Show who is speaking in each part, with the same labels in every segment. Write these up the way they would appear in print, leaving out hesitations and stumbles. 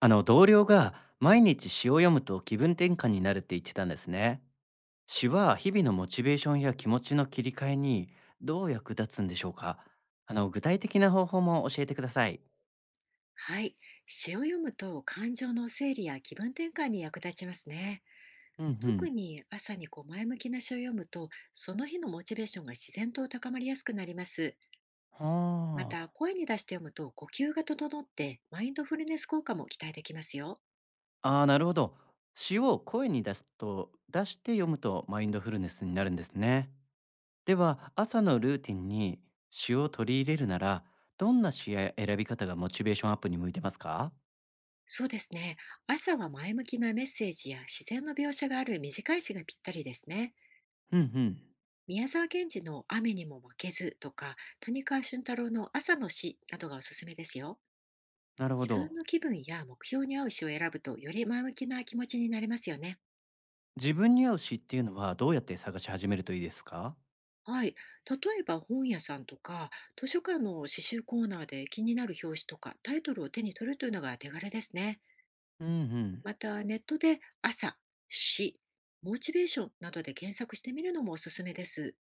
Speaker 1: 同僚が毎日詩を読むと気分転換になるって言ってたんですね。詩は日々のモチベーションや気持ちの切り替えにどう役立つんでしょうか？具体的な方法も教えてください。
Speaker 2: はい。詩を読むと感情の整理や気分転換に役立ちますね。
Speaker 1: うんう
Speaker 2: 特
Speaker 1: ん。
Speaker 2: に朝に前向きな詩を読むと、その日のモチベーションが自然と高まりやすくなります。ま
Speaker 1: は
Speaker 2: た、
Speaker 1: あ。
Speaker 2: 声に出して読むと呼吸が整って、マインドフルネス効果も期待できますよ。
Speaker 1: ああ、なるほど。詩を声に出すと、出して読むとマインドフルネスになるんですね。では、朝のルーティンに詩を取り入れるなら、どんな詩や選び方がモチベーションアップに向いてますか？
Speaker 2: そうですね。朝は前向きなメッセージや自然の描写がある短い詩がぴったりですね。
Speaker 1: うんうん。
Speaker 2: 宮沢賢治の雨にも負けずとか、谷川俊太郎の朝の詩などがおすすめですよ。
Speaker 1: なるほ
Speaker 2: 自分
Speaker 1: ど。
Speaker 2: の気分や目標に合う詩を選ぶと、より前向きな気持ちになれますよね。
Speaker 1: 自分に合う詩っていうのはどうやって探し始めるといいですか？
Speaker 2: はい。例えば、本屋さんとか図書館の詩集コーナーで気になる表紙とかタイトルを手に取るというのが手軽ですね。
Speaker 1: うんうん。
Speaker 2: また、ネットで朝、詩、モチベーションなどで検索してみるのもおすすめです。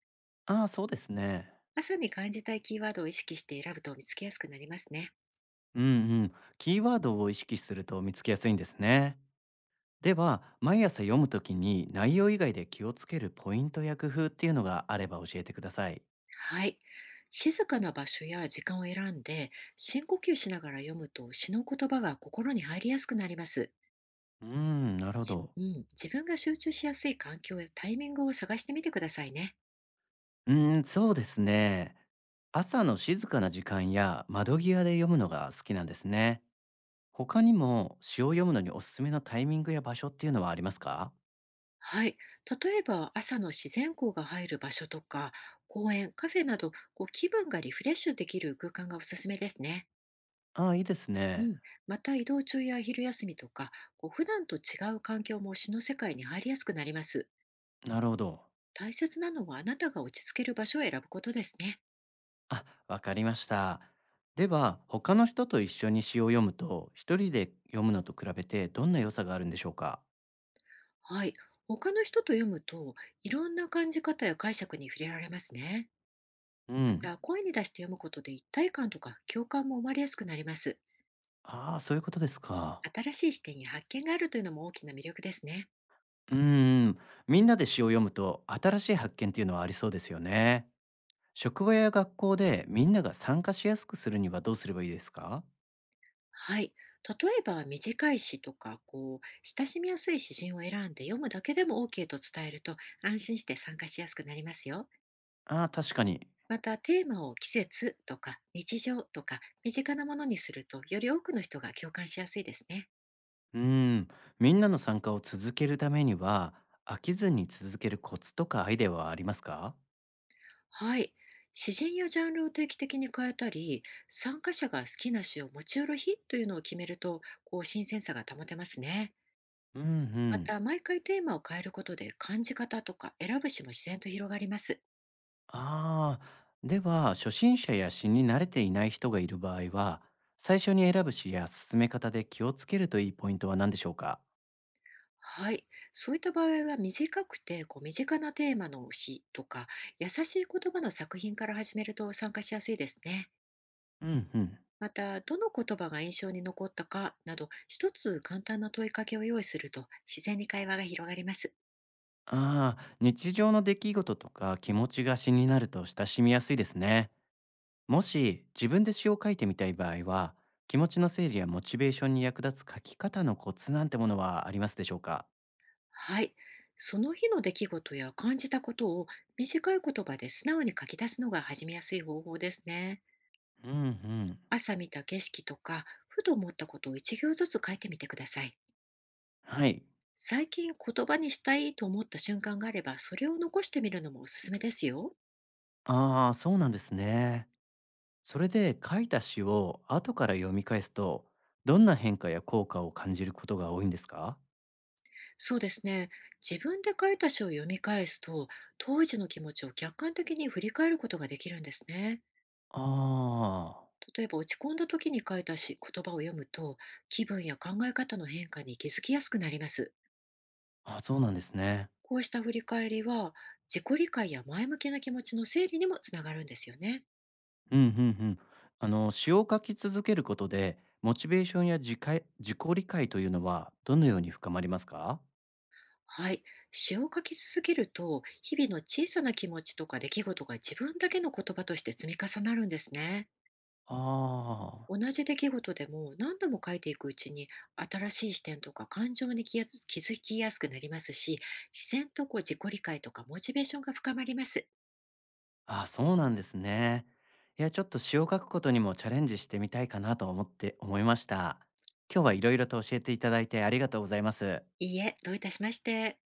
Speaker 1: ああ、そうですね。
Speaker 2: 朝に感じたいキーワードを意識して選ぶと見つけやすくなりますね。
Speaker 1: うんうん。キーワードを意識すると見つけやすいんですね。では、毎朝読むときに内容以外で気をつけるポイントや工夫っていうのがあれば教えてください。
Speaker 2: はい。静かな場所や時間を選んで、深呼吸しながら読むと詩の言葉が心に入りやすくなります。
Speaker 1: うーん、なるほど。
Speaker 2: うん、自分が集中しやすい環境やタイミングを探してみてくださいね。
Speaker 1: うーん、そうですね。朝の静かな時間や窓際で読むのが好きなんですね。他にも詩を読むのにおすすめのタイミングや場所っていうのはありますか？
Speaker 2: はい。例えば、朝の自然光が入る場所とか、公園、カフェなど、気分がリフレッシュできる空間がおすすめですね。
Speaker 1: ああ、いいです
Speaker 2: う
Speaker 1: ね。
Speaker 2: ん。また、移動中や昼休みとか、普段と違う環境も詩の世界に入りやすくなります。
Speaker 1: なるほど。
Speaker 2: 大切なのは、あなたが落ち着ける場所を選ぶことですね。
Speaker 1: あ、わかりました。では、他の人と一緒に詩を読むと、一人で読むのと比べてどんな良さがあるんでしょうか？
Speaker 2: はい。他の人と読むと、いろんな感じ方や解釈に触れられますね。
Speaker 1: う
Speaker 2: ま
Speaker 1: ん。
Speaker 2: た、声に出して読むことで一体感とか共感も生まれやすくなります。
Speaker 1: ああ、そういうことですか。
Speaker 2: 新しい視点や発見があるというのも大きな魅力ですね。
Speaker 1: うーん。みんなで詩を読むと、新しい発見っていうのはありそうですよね。職場や学校でみんなが参加しやすくするにはどうすればいいですか？
Speaker 2: はい。例えば、短い詩とか、親しみやすい詩人を選んで読むだけでも OK と伝えると、安心して参加しやすくなりますよ。
Speaker 1: ああ、確かに。
Speaker 2: また、テーマを季節とか、日常とか、身近なものにすると、より多くの人が共感しやすいですね。
Speaker 1: うーん。みんなの参加を続けるためには、飽きずに続けるコツとかアイデアはありますか？
Speaker 2: はい。詩人やジャンルを定期的に変えたり、参加者が好きな詩を持ち寄る日というのを決めると、新鮮さが保てますね。
Speaker 1: うんう
Speaker 2: ま
Speaker 1: ん。
Speaker 2: た、毎回テーマを変えることで感じ方とか選ぶ詩も自然と広がります。
Speaker 1: ああ、では初心者や詩に慣れていない人がいる場合は、最初に選ぶ詩や進め方で気をつけるといいポイントは何でしょうか？
Speaker 2: はい。そういった場合は、短くて身近なテーマの詩とか、優しい言葉の作品から始めると参加しやすいですね。
Speaker 1: うんうん。
Speaker 2: また、どの言葉が印象に残ったかなど、一つ簡単な問いかけを用意すると自然に会話が広がります。
Speaker 1: ああ、日常の出来事とか気持ちが詩になると親しみやすいですね。もし自分で詩を書いてみたい場合は、気持ちの整理やモチベーションに役立つ書き方のコツなんてものはありますでしょうか？
Speaker 2: はい。その日の出来事や感じたことを短い言葉で素直に書き出すのが始めやすい方法ですね。
Speaker 1: うんうん。
Speaker 2: 朝見た景色とか、ふと思ったことを一行ずつ書いてみてください。
Speaker 1: はい。
Speaker 2: 最近言葉にしたいと思った瞬間があれば、それを残してみるのもおすすめですよ。
Speaker 1: ああ、そうなんですね。それで書いた詩を後から読み返すと、どんな変化や効果を感じることが多いんですか？
Speaker 2: そうですね。自分で書いた詩を読み返すと、当時の気持ちを客観的に振り返ることができるんですね。
Speaker 1: あー。
Speaker 2: 例えば、落ち込んだ時に書いたし言葉を読むと、気分や考え方の変化に気づきやすくなります。
Speaker 1: あ、そうなんですね。
Speaker 2: こうした振り返りは、自己理解や前向きな気持ちの整理にもつながるんですよね。
Speaker 1: うんうんうん。あの、詩を書き続けることで、モチベーションや自己理解というのはどのように深まりますか？
Speaker 2: はい。詩を書き続けると、日々の小さな気持ちとか出来事が自分だけの言葉として積み重なるんですね。
Speaker 1: あー。
Speaker 2: 同じ出来事でも何度も書いていくうちに、新しい視点とか感情に気づきやすくなりますし、自然と自己理解とかモチベーションが深まります。
Speaker 1: あ、そうなんですね。いや、ちょっと詩を書くことにもチャレンジしてみたいかなと思って思いました。今日はいろいろと教えていただいてありがとうございます。
Speaker 2: いいえ、どういたしまして。